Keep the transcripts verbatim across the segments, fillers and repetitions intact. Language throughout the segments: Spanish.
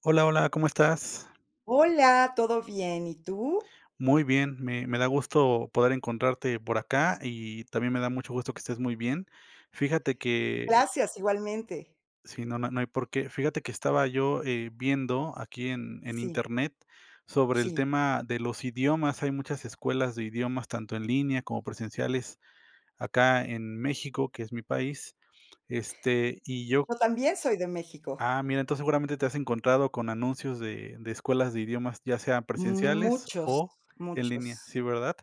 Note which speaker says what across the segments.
Speaker 1: Hola, hola, ¿cómo estás?
Speaker 2: Hola, ¿todo bien? ¿Y tú?
Speaker 1: Muy bien, me, me da gusto poder encontrarte por acá y también me da mucho gusto que estés muy bien. Fíjate que,
Speaker 2: Gracias, igualmente.
Speaker 1: sí, no, no, no hay por qué, fíjate que estaba yo eh, viendo aquí en, en
Speaker 2: Sí,
Speaker 1: internet sobre el
Speaker 2: sí.
Speaker 1: tema de los idiomas. Hay muchas escuelas de idiomas, tanto en línea como presenciales, acá en México, que es mi país. Este, y yo.
Speaker 2: Yo también soy de México.
Speaker 1: Ah, mira, entonces seguramente te has encontrado con anuncios de de escuelas de idiomas, ya sean presenciales
Speaker 2: Muchos,
Speaker 1: o en línea, ¿sí,
Speaker 2: muchos.
Speaker 1: verdad?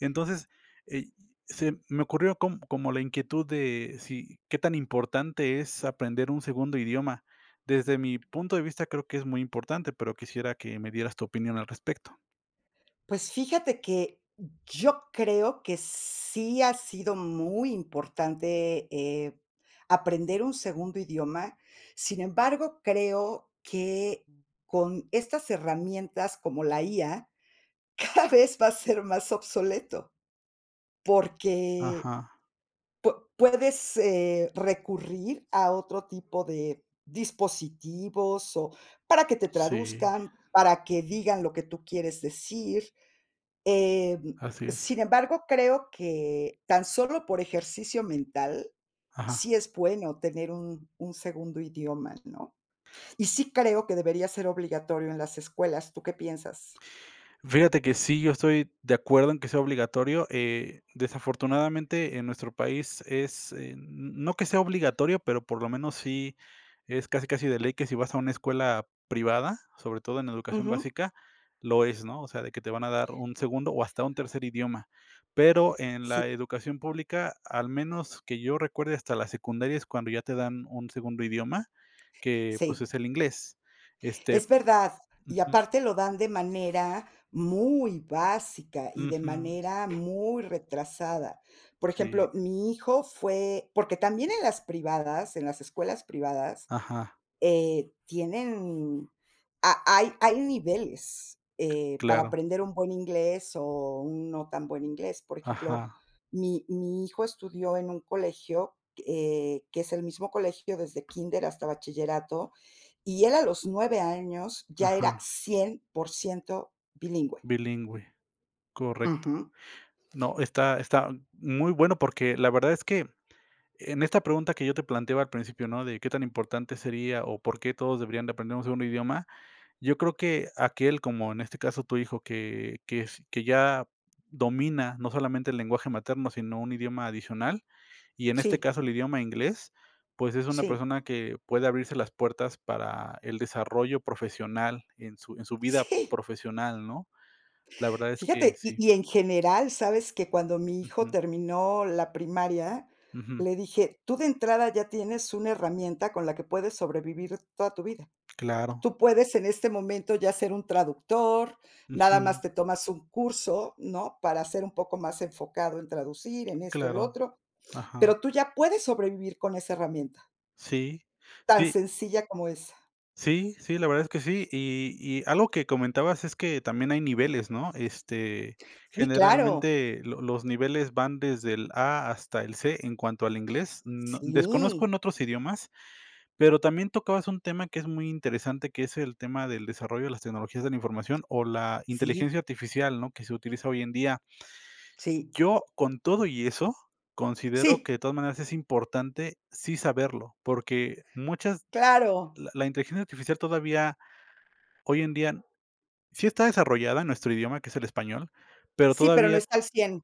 Speaker 1: Entonces, eh, se me ocurrió com como la inquietud de si qué tan importante es aprender un segundo idioma. Desde mi punto de vista, creo que es muy importante, pero quisiera que me dieras tu opinión al respecto.
Speaker 2: Pues fíjate que yo creo que sí ha sido muy importante, eh, aprender un segundo idioma. Sin embargo, creo que con estas herramientas como la I A, cada vez va a ser más obsoleto, porque
Speaker 1: Ajá,
Speaker 2: Pue puedes, eh, recurrir a otro tipo de dispositivos, o para que te
Speaker 1: sí,
Speaker 2: traduzcan, para que digan lo que tú quieres decir, em,
Speaker 1: así es.
Speaker 2: sin embargo, creo que tan solo por ejercicio mental,
Speaker 1: Ajá.
Speaker 2: sí es bueno tener un un segundo idioma, ¿no? Y sí creo que debería ser obligatorio en las escuelas, ¿tú qué piensas?
Speaker 1: Fíjate que sí, yo estoy de acuerdo en que sea obligatorio. eh, desafortunadamente en nuestro país es, eh, no que sea obligatorio, pero por lo menos sí es casi casi de ley que si vas a una escuela privada, sobre todo en educación
Speaker 2: Ujú.
Speaker 1: básica, lo es, ¿no? O sea, de que te van a dar un segundo o hasta un tercer idioma. Pero en
Speaker 2: Sí,
Speaker 1: la educación pública, al menos que yo recuerde, hasta la secundaria es cuando ya te dan un segundo idioma, que pues
Speaker 2: sí.
Speaker 1: es el inglés. Este,
Speaker 2: Es verdad. Y
Speaker 1: ujú,
Speaker 2: aparte lo dan de manera muy básica y de
Speaker 1: ujú,
Speaker 2: manera muy retrasada. Por
Speaker 1: sí.
Speaker 2: ejemplo, mi hijo fue porque también en las privadas, en las escuelas privadas,
Speaker 1: Ajá,
Speaker 2: eh, tienen ha hay hay niveles, eh, para
Speaker 1: claro,
Speaker 2: aprender un buen inglés o un no tan buen inglés. Por ejemplo,
Speaker 1: ajá,
Speaker 2: mi mi hijo estudió en un colegio, eh, que es el mismo colegio desde kinder hasta bachillerato, y él a los nueve años ya era
Speaker 1: ajá,
Speaker 2: cien por ciento bilingüe.
Speaker 1: bilingüe, correcto.
Speaker 2: Ujú.
Speaker 1: No, está está muy bueno porque la verdad es que en esta pregunta que yo te planteaba al principio, ¿no? De qué tan importante sería o por qué todos deberían de aprender un segundo idioma, yo creo que aquel, como en este caso tu hijo, que que s que ya domina no solamente el lenguaje materno, sino un idioma adicional, y en este
Speaker 2: Sí,
Speaker 1: caso el idioma inglés, pues es una
Speaker 2: sí,
Speaker 1: persona que puede abrirse las puertas para el desarrollo profesional en su en su vida
Speaker 2: sí.
Speaker 1: profesional, ¿no? La verdad es que
Speaker 2: Fíjate, y
Speaker 1: sí.
Speaker 2: y en general, ¿sabes? Que cuando mi hijo
Speaker 1: Ujú,
Speaker 2: terminó la primaria,
Speaker 1: ujú,
Speaker 2: le dije: "Tú de entrada ya tienes una herramienta con la que puedes sobrevivir toda tu vida.
Speaker 1: claro,
Speaker 2: Tú puedes en este momento ya ser un traductor, nada
Speaker 1: ujú,
Speaker 2: más te tomas un curso, ¿no? Para ser un poco más enfocado en traducir, en esto, el
Speaker 1: claro,
Speaker 2: otro,
Speaker 1: ajá,
Speaker 2: pero tú ya puedes sobrevivir con esa herramienta,
Speaker 1: sí,
Speaker 2: tan
Speaker 1: sí.
Speaker 2: sencilla como esa".
Speaker 1: Sí, sí, la verdad es que sí. Y y algo que comentabas es que también hay niveles, ¿no? Este,
Speaker 2: Sí, claro.
Speaker 1: generalmente lo los niveles van desde el A hasta el C en cuanto al inglés. No desconozco en
Speaker 2: Sí,
Speaker 1: otros idiomas, pero también tocabas un tema que es muy interesante, que es el tema del desarrollo de las tecnologías de la información o la
Speaker 2: sí,
Speaker 1: inteligencia artificial, ¿no? Que se utiliza hoy en día.
Speaker 2: sí.
Speaker 1: Yo, con todo y eso, considero
Speaker 2: Sí,
Speaker 1: que de todas maneras es importante sí saberlo, porque muchas
Speaker 2: claro.
Speaker 1: la la inteligencia artificial todavía. Hoy en día sí está desarrollada en nuestro idioma, que es el español, pero
Speaker 2: Sí, pero no
Speaker 1: todavía
Speaker 2: está al cien.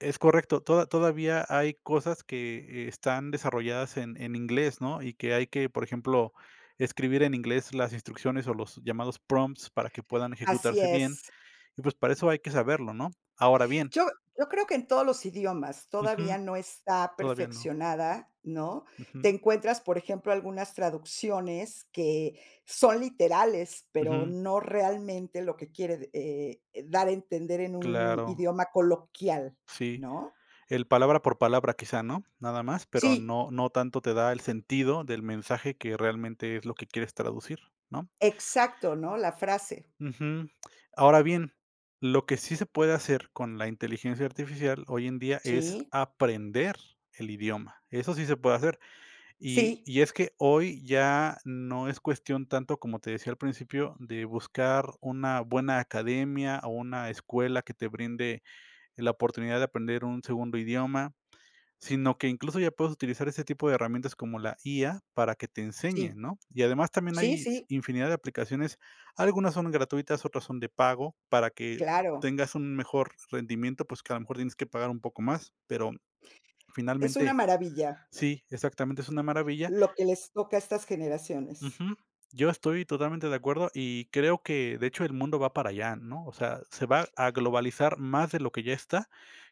Speaker 1: es correcto, toda todavía hay cosas que eh, están desarrolladas en en inglés, ¿no? Y que hay que, por ejemplo, escribir en inglés las instrucciones o los llamados prompts para que puedan
Speaker 2: Así
Speaker 1: ejecutarse bien,
Speaker 2: es.
Speaker 1: y pues para eso hay que saberlo, ¿no? Ahora bien,
Speaker 2: Yo yo creo que en todos los idiomas
Speaker 1: ujú,
Speaker 2: todavía no está
Speaker 1: todavía no.
Speaker 2: perfeccionada, ¿no? Te
Speaker 1: Ujú,
Speaker 2: encuentras, por ejemplo, algunas traducciones que son literales, pero
Speaker 1: ujú,
Speaker 2: no realmente lo que quiere, eh, eh, dar a entender en un
Speaker 1: claro,
Speaker 2: idioma coloquial,
Speaker 1: sí.
Speaker 2: ¿no?
Speaker 1: El palabra por palabra quizá, ¿no? Nada más, pero
Speaker 2: Sí,
Speaker 1: no no tanto te da el sentido del mensaje que realmente es lo que quieres traducir, ¿no?
Speaker 2: exacto, ¿no? La frase.
Speaker 1: Ujú. Ahora bien, lo que sí se puede hacer con la inteligencia artificial hoy en día es
Speaker 2: Sí,
Speaker 1: aprender el idioma. Eso sí se puede hacer. Y
Speaker 2: sí,
Speaker 1: y es que hoy ya no es cuestión tanto, como te decía al principio, de buscar una buena academia o una escuela que te brinde la oportunidad de aprender un segundo idioma. Sino que incluso ya puedes utilizar ese tipo de herramientas como la I A para que te enseñe,
Speaker 2: sí,
Speaker 1: ¿no? Y además también
Speaker 2: sí,
Speaker 1: hay s-
Speaker 2: sí,
Speaker 1: infinidad de aplicaciones, algunas son gratuitas, otras son de pago, para que
Speaker 2: claro.
Speaker 1: tengas un mejor rendimiento, pues que a lo mejor tienes que pagar un poco más, pero
Speaker 2: Es una
Speaker 1: finalmente
Speaker 2: maravilla
Speaker 1: sí, exactamente es una maravilla.
Speaker 2: lo que les toca a estas generaciones.
Speaker 1: Ujú. Yo estoy totalmente de acuerdo y creo que, de hecho, el mundo va para allá, ¿no? O sea, se va a globalizar más de lo que ya está,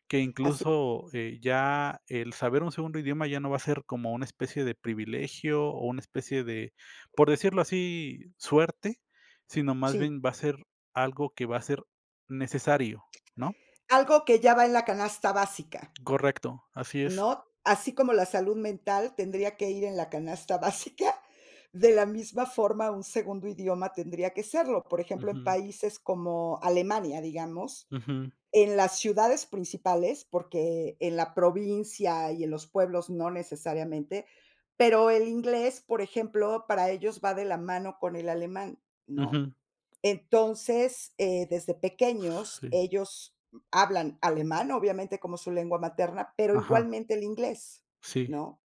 Speaker 1: que
Speaker 2: Así,
Speaker 1: incluso eh, ya el saber un segundo idioma ya no va a ser como una especie de privilegio o una especie de, por decirlo así, suerte, sino más
Speaker 2: sí.
Speaker 1: bien va a ser algo que va a ser necesario, ¿no?
Speaker 2: Algo que ya va en la canasta básica,
Speaker 1: Correcto, así es.
Speaker 2: ¿no? Así como la salud mental tendría que ir en la canasta básica, de la misma forma un segundo idioma tendría que serlo. Por ejemplo, en
Speaker 1: Ujú,
Speaker 2: países como Alemania, digamos,
Speaker 1: ujú,
Speaker 2: en las ciudades principales, porque en la provincia y en los pueblos no necesariamente, pero el inglés, por ejemplo, para ellos va de la mano con el alemán, ¿no?
Speaker 1: ujú,
Speaker 2: Entonces, eh, desde pequeños
Speaker 1: sí.
Speaker 2: ellos hablan alemán, obviamente, como su lengua materna, pero
Speaker 1: Ajá,
Speaker 2: igualmente el inglés,
Speaker 1: sí.
Speaker 2: ¿no?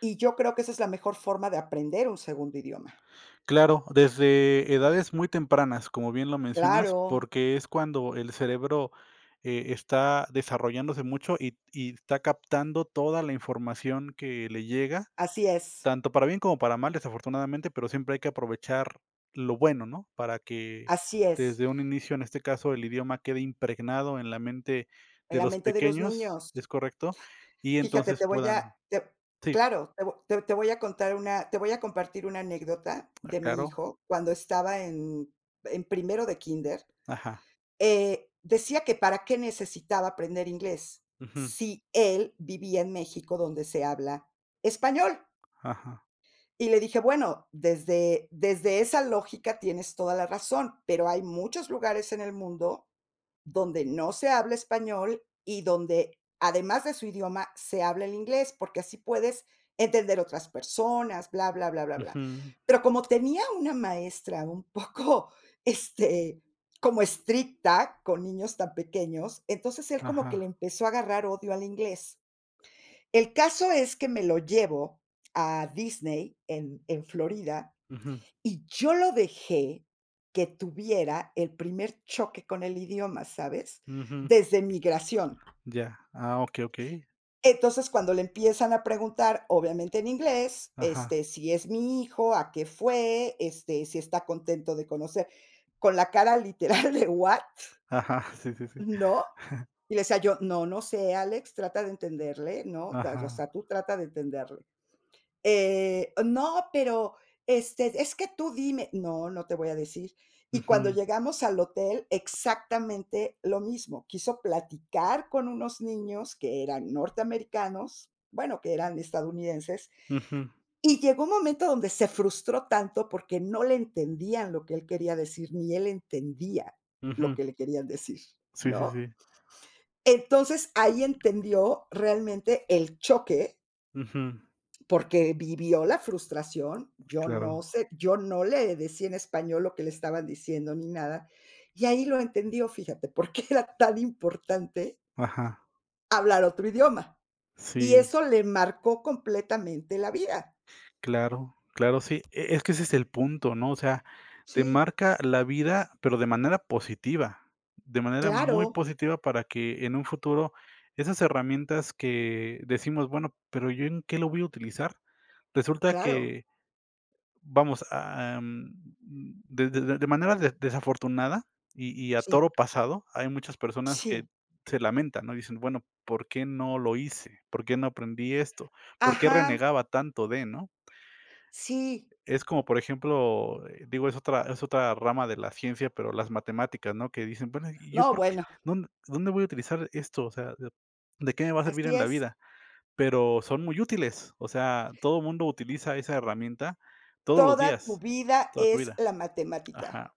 Speaker 2: Y yo creo que esa es la mejor forma de aprender un segundo idioma.
Speaker 1: Claro, desde edades muy tempranas, como bien lo mencionas,
Speaker 2: Claro,
Speaker 1: porque es cuando el cerebro, eh, está desarrollándose mucho y y está captando toda la información que le llega,
Speaker 2: así es,
Speaker 1: tanto para bien como para mal, desafortunadamente, pero siempre hay que aprovechar lo bueno, ¿no? Para que
Speaker 2: así es,
Speaker 1: desde un inicio, en este caso, el idioma quede impregnado en la mente
Speaker 2: en
Speaker 1: de
Speaker 2: la
Speaker 1: los
Speaker 2: mente de los
Speaker 1: pequeños,
Speaker 2: niños.
Speaker 1: ¿es correcto? Y
Speaker 2: Fíjate,
Speaker 1: entonces
Speaker 2: te voy
Speaker 1: puedan
Speaker 2: a te
Speaker 1: sí,
Speaker 2: claro, te vo te te voy a contar una te voy a compartir una anécdota de mi
Speaker 1: claro,
Speaker 2: hijo cuando estaba en en primero de Kinder.
Speaker 1: ajá,
Speaker 2: Eh, decía que para qué necesitaba aprender inglés
Speaker 1: ujú,
Speaker 2: si él vivía en México donde se habla español.
Speaker 1: ajá,
Speaker 2: Y le dije, bueno, desde, desde esa lógica tienes toda la razón, pero hay muchos lugares en el mundo donde no se habla español y donde, además de su idioma, se habla el inglés, porque así puedes entender otras personas, bla, bla, bla, bla, bla.
Speaker 1: ujú,
Speaker 2: Pero como tenía una maestra un poco, este, como estricta con niños tan pequeños, entonces él como que le
Speaker 1: ajá.
Speaker 2: empezó a agarrar odio al inglés. El caso es que me lo llevo a Disney en en Florida,
Speaker 1: Ujú,
Speaker 2: y yo lo dejé que tuviera el primer choque con el idioma, ¿sabes?
Speaker 1: ujú,
Speaker 2: Desde migración.
Speaker 1: ya. Ah, okey, okey.
Speaker 2: Entonces, cuando le empiezan a preguntar, obviamente en inglés,
Speaker 1: Ajá,
Speaker 2: este, si es mi hijo, a qué fue, este, si está contento de conocer, con la cara literal de, ¿what?,
Speaker 1: ajá, sí, sí, sí.
Speaker 2: ¿no? Y le decía yo: "No, no sé, Alex, trata de entenderle, ¿no? O
Speaker 1: Ajá.
Speaker 2: sea, tú trata de entenderle". Eh, no, pero, este, es que tú dime. No, no te voy a decir. Y cuando
Speaker 1: Ujú,
Speaker 2: llegamos al hotel, exactamente lo mismo. Quiso platicar con unos niños que eran norteamericanos, bueno, que eran estadounidenses,
Speaker 1: ujú,
Speaker 2: y llegó un momento donde se frustró tanto porque no le entendían lo que él quería decir, ni él entendía lo
Speaker 1: ujú.
Speaker 2: que le querían decir,
Speaker 1: Sí, sí,
Speaker 2: ¿no?
Speaker 1: sí.
Speaker 2: Entonces, ahí entendió realmente el choque
Speaker 1: Ujú,
Speaker 2: porque vivió la frustración, yo no
Speaker 1: claro.
Speaker 2: sé, yo no le decía en español lo que le estaban diciendo ni nada, y ahí lo entendió, fíjate, por qué era tan importante
Speaker 1: Ajá.
Speaker 2: hablar otro idioma, y
Speaker 1: Sí,
Speaker 2: eso le marcó completamente la vida.
Speaker 1: claro, claro, sí. E es que ese es el punto, ¿no? O sea, te
Speaker 2: Sí,
Speaker 1: marca la vida, pero de manera positiva, de manera muy
Speaker 2: claro,
Speaker 1: positiva para que en un futuro esas herramientas que decimos: "Bueno, pero, ¿yo en qué lo voy a utilizar?". Resulta
Speaker 2: claro,
Speaker 1: que vamos, ah, mm, de de de manera de desafortunada y y a
Speaker 2: sí,
Speaker 1: toro pasado, hay muchas personas que
Speaker 2: sí.
Speaker 1: se lamentan, ¿no? Dicen: "Bueno, ¿por qué no lo hice? ¿Por qué no aprendí esto? ¿Por qué
Speaker 2: Ajá,
Speaker 1: renegaba tanto de, no?".
Speaker 2: sí.
Speaker 1: Es como, por ejemplo, eh, digo, es otra es otra rama de la ciencia, pero las matemáticas, ¿no? Que dicen: "Bueno, ¿y yo
Speaker 2: No,
Speaker 1: por qué?
Speaker 2: bueno,
Speaker 1: ¿Dónde dónde voy a utilizar esto? O sea, ¿de ¿de qué me va a servir
Speaker 2: así
Speaker 1: en la
Speaker 2: es.
Speaker 1: vida?". Pero son muy útiles, o sea, todo el mundo utiliza esa herramienta todos los
Speaker 2: Toda tu
Speaker 1: días,
Speaker 2: vida
Speaker 1: toda tu
Speaker 2: es
Speaker 1: vida.
Speaker 2: la matemática.
Speaker 1: Ajá.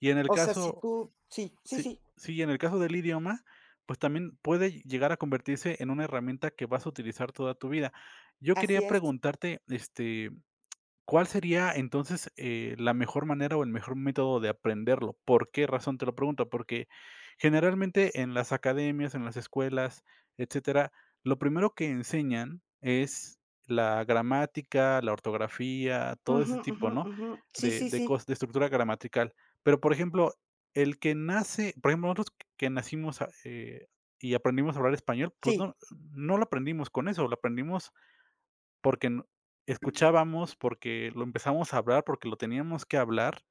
Speaker 1: Y en el
Speaker 2: O sea, si
Speaker 1: caso
Speaker 2: tú sí, sí,
Speaker 1: sí,
Speaker 2: sí,
Speaker 1: sí, y en el caso del idioma, pues también puede llegar a convertirse en una herramienta que vas a utilizar toda tu vida. Yo quería
Speaker 2: así es.
Speaker 1: preguntarte, este, ¿cuál sería entonces, eh, la mejor manera o el mejor método de aprenderlo? ¿Por qué razón te lo pregunto? Porque generalmente en las academias, en las escuelas, etcétera, lo primero que enseñan es la gramática, la ortografía, todo
Speaker 2: Ujú,
Speaker 1: ese
Speaker 2: ujú,
Speaker 1: tipo, ¿no?
Speaker 2: ujú. Sí,
Speaker 1: De
Speaker 2: sí,
Speaker 1: de
Speaker 2: sí.
Speaker 1: cos de estructura gramatical. Pero, por ejemplo, el que nace, por ejemplo, nosotros que nacimos, ah, eh, y aprendimos a hablar español, pues
Speaker 2: Sí,
Speaker 1: no no lo aprendimos con eso, lo aprendimos porque no escuchábamos, porque lo empezamos a hablar, porque lo teníamos que hablar,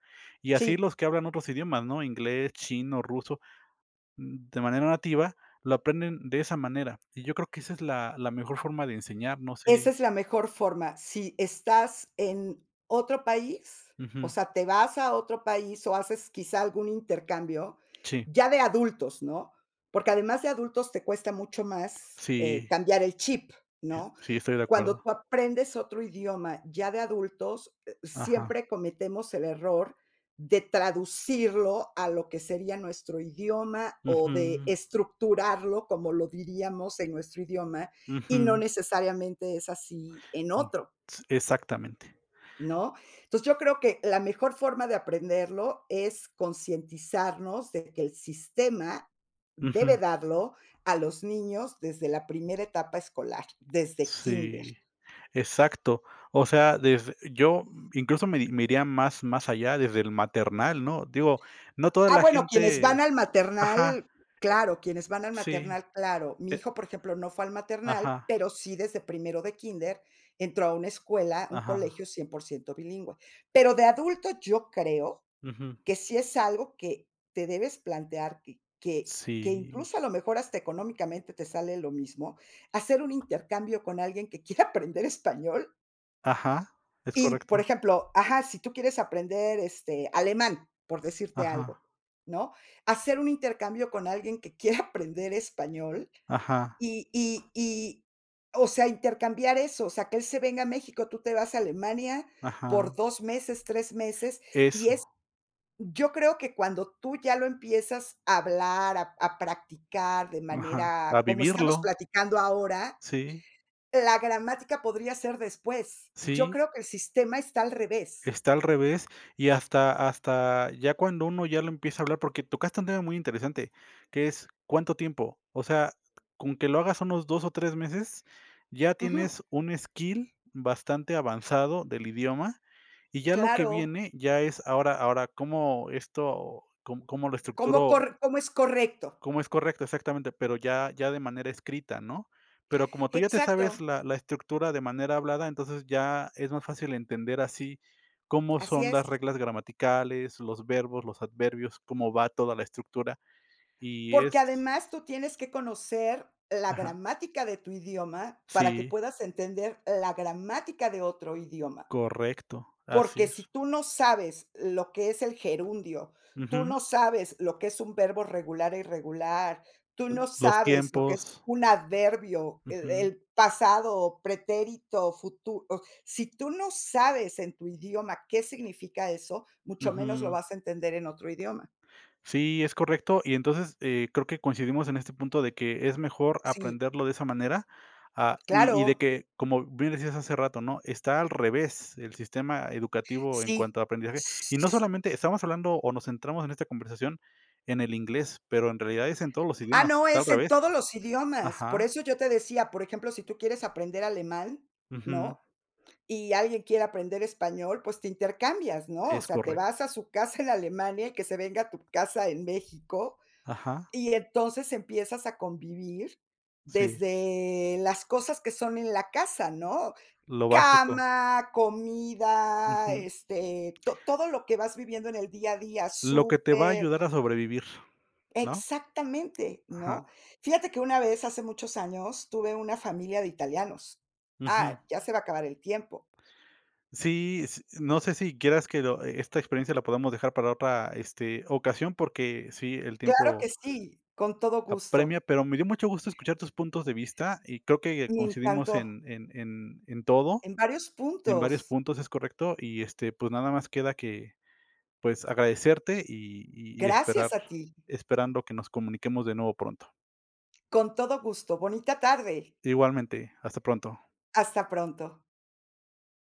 Speaker 1: y así
Speaker 2: sí,
Speaker 1: los que hablan otros idiomas, ¿no? Inglés, chino, ruso, mm, de manera nativa, lo aprenden de esa manera. Y yo creo que esa es la la mejor forma de enseñar, no
Speaker 2: esa
Speaker 1: sé
Speaker 2: es la mejor forma. Si estás en otro país, o
Speaker 1: ujú,
Speaker 2: sea, te vas a otro país o haces quizá algún intercambio,
Speaker 1: sí,
Speaker 2: ya de adultos, ¿no? Porque además de adultos te cuesta mucho más, eh,
Speaker 1: sí,
Speaker 2: cambiar el chip, ¿no?
Speaker 1: sí, estoy de
Speaker 2: Cuando
Speaker 1: acuerdo.
Speaker 2: tú aprendes otro idioma ya de adultos, eh,
Speaker 1: Ajá.
Speaker 2: siempre cometemos el error de traducirlo a lo que sería nuestro idioma o de
Speaker 1: Ujú,
Speaker 2: estructurarlo como lo diríamos en nuestro idioma y no
Speaker 1: ujú,
Speaker 2: necesariamente es así en
Speaker 1: mm,
Speaker 2: otro,
Speaker 1: s exactamente.
Speaker 2: ¿no? Entonces, yo creo que la mejor forma de aprenderlo es concientizarnos de que el sistema
Speaker 1: Ujú.
Speaker 2: debe darlo a los niños desde la primera etapa escolar, desde Kinder.
Speaker 1: Sí, exacto. O sea, desde yo incluso me di- me iría más más allá desde el maternal, ¿no? Digo, no toda
Speaker 2: Ah,
Speaker 1: la
Speaker 2: bueno, quienes van
Speaker 1: gente
Speaker 2: al
Speaker 1: ajá,
Speaker 2: maternal, claro, quienes van al
Speaker 1: sí,
Speaker 2: maternal, claro. Mi
Speaker 1: eh,
Speaker 2: hijo, por ejemplo, no fue al maternal,
Speaker 1: ajá,
Speaker 2: pero sí desde primero de Kinder entró a una escuela, un
Speaker 1: ajá,
Speaker 2: colegio cien por ciento bilingüe. Pero de adulto, yo creo
Speaker 1: ujú,
Speaker 2: que sí es algo que te debes plantear, que que que
Speaker 1: sí,
Speaker 2: incluso a lo mejor hasta económicamente te sale lo mismo, hacer un intercambio con alguien que quiera aprender español
Speaker 1: ajá, es
Speaker 2: y, por
Speaker 1: correcto,
Speaker 2: ejemplo, ajá, si tú quieres aprender, este, alemán, por decirte
Speaker 1: ajá,
Speaker 2: algo, ¿no? Hacer un intercambio con alguien que quiera aprender español
Speaker 1: ajá,
Speaker 2: y y y, o sea, intercambiar eso, o sea, que él se venga a México, tú te vas a Alemania por
Speaker 1: ajá,
Speaker 2: dos meses, tres meses, y
Speaker 1: eso,
Speaker 2: yo creo que cuando tú ya lo empiezas a hablar, a a practicar de
Speaker 1: ajá, a
Speaker 2: manera como estamos
Speaker 1: vivirlo,
Speaker 2: platicando ahora,
Speaker 1: sí,
Speaker 2: la gramática podría ser después. Yo
Speaker 1: sí.
Speaker 2: creo que el sistema está al revés.
Speaker 1: Está al revés, y hasta hasta ya cuando uno ya lo empieza a hablar, porque tocaste un tema muy interesante, que es, ¿cuánto tiempo? O sea, con que lo hagas unos dos o tres meses, ya
Speaker 2: Ujú,
Speaker 1: tienes un skill bastante avanzado del idioma, y ya lo que
Speaker 2: claro,
Speaker 1: viene ya es ahora ahora, ¿cómo esto cómo ¿cómo lo
Speaker 2: cómo
Speaker 1: estructuro?
Speaker 2: corre cómo es correcto.
Speaker 1: Cómo es correcto, exactamente, pero ya ya de manera escrita, ¿no? Pero como tú ya te
Speaker 2: Exacto,
Speaker 1: sabes la la estructura de manera hablada, entonces ya es más fácil entender así cómo
Speaker 2: así
Speaker 1: son las
Speaker 2: es.
Speaker 1: reglas gramaticales, los verbos, los adverbios, cómo va toda la estructura, y
Speaker 2: Porque
Speaker 1: es
Speaker 2: además tú tienes que conocer la
Speaker 1: ajá.
Speaker 2: gramática de tu idioma para que
Speaker 1: Sí,
Speaker 2: puedas entender la gramática de otro idioma.
Speaker 1: correcto, así
Speaker 2: Porque si
Speaker 1: es.
Speaker 2: tú no sabes lo que es el gerundio, tú
Speaker 1: Ujú.
Speaker 2: no sabes lo que es un verbo regular e irregular, tú no
Speaker 1: Los
Speaker 2: sabes lo que es
Speaker 1: tiempos.
Speaker 2: un adverbio, el
Speaker 1: Ujú,
Speaker 2: el pasado, pretérito, futuro. Si tú no sabes en tu idioma qué significa eso, mucho menos lo
Speaker 1: ujú.
Speaker 2: vas a entender en otro idioma.
Speaker 1: Sí, es correcto. Y entonces, eh, creo que coincidimos en este punto de que es mejor
Speaker 2: Sí,
Speaker 1: aprenderlo de esa manera, ah, y y de
Speaker 2: claro,
Speaker 1: que, como bien decías hace rato, ¿no? Está al revés el sistema educativo en
Speaker 2: sí.
Speaker 1: cuanto a aprendizaje. Y no solamente estamos hablando o nos centramos en esta conversación en el inglés, pero en realidad es en todos los
Speaker 2: Ah,
Speaker 1: idiomas,
Speaker 2: no,
Speaker 1: está al
Speaker 2: es en
Speaker 1: revés.
Speaker 2: todos los idiomas. Por
Speaker 1: Ajá,
Speaker 2: eso yo te decía, por ejemplo, si tú quieres aprender alemán,
Speaker 1: ujú,
Speaker 2: ¿no? Y alguien quiere aprender español, pues te intercambias, ¿no? O
Speaker 1: es
Speaker 2: sea, te
Speaker 1: correcto.
Speaker 2: vas a su casa en Alemania y que se venga a tu casa en México,
Speaker 1: Ajá,
Speaker 2: y entonces empiezas a convivir
Speaker 1: sí,
Speaker 2: desde las cosas que son en la casa, ¿no?
Speaker 1: lo básico.
Speaker 2: Cama, comida,
Speaker 1: Ujú.
Speaker 2: este, to- todo lo que vas viviendo en el día a día,
Speaker 1: Lo que te va a
Speaker 2: súper.
Speaker 1: ayudar a sobrevivir, ¿no?
Speaker 2: Exactamente,
Speaker 1: Ajá,
Speaker 2: ¿no? Fíjate que una vez, hace muchos años, tuve una familia de italianos.
Speaker 1: ujú.
Speaker 2: Ah, ya se va a acabar el tiempo.
Speaker 1: Sí, s no sé si quieras que lo eh, esta experiencia la podamos dejar para otra, este, ocasión, porque sí, el
Speaker 2: Claro que
Speaker 1: tiempo
Speaker 2: sí, con todo
Speaker 1: apremia,
Speaker 2: gusto.
Speaker 1: pero me dio mucho gusto escuchar tus puntos de vista y creo que
Speaker 2: Me
Speaker 1: coincidimos
Speaker 2: encantó,
Speaker 1: en en en en todo,
Speaker 2: en varios
Speaker 1: en varios
Speaker 2: puntos.
Speaker 1: puntos, es correcto, y, este, pues, nada más queda que, pues, agradecerte y y y esperar
Speaker 2: Gracias a ti,
Speaker 1: esperando que nos comuniquemos de nuevo pronto.
Speaker 2: con todo gusto. Bonita tarde.
Speaker 1: Igualmente, hasta pronto.
Speaker 2: Hasta pronto.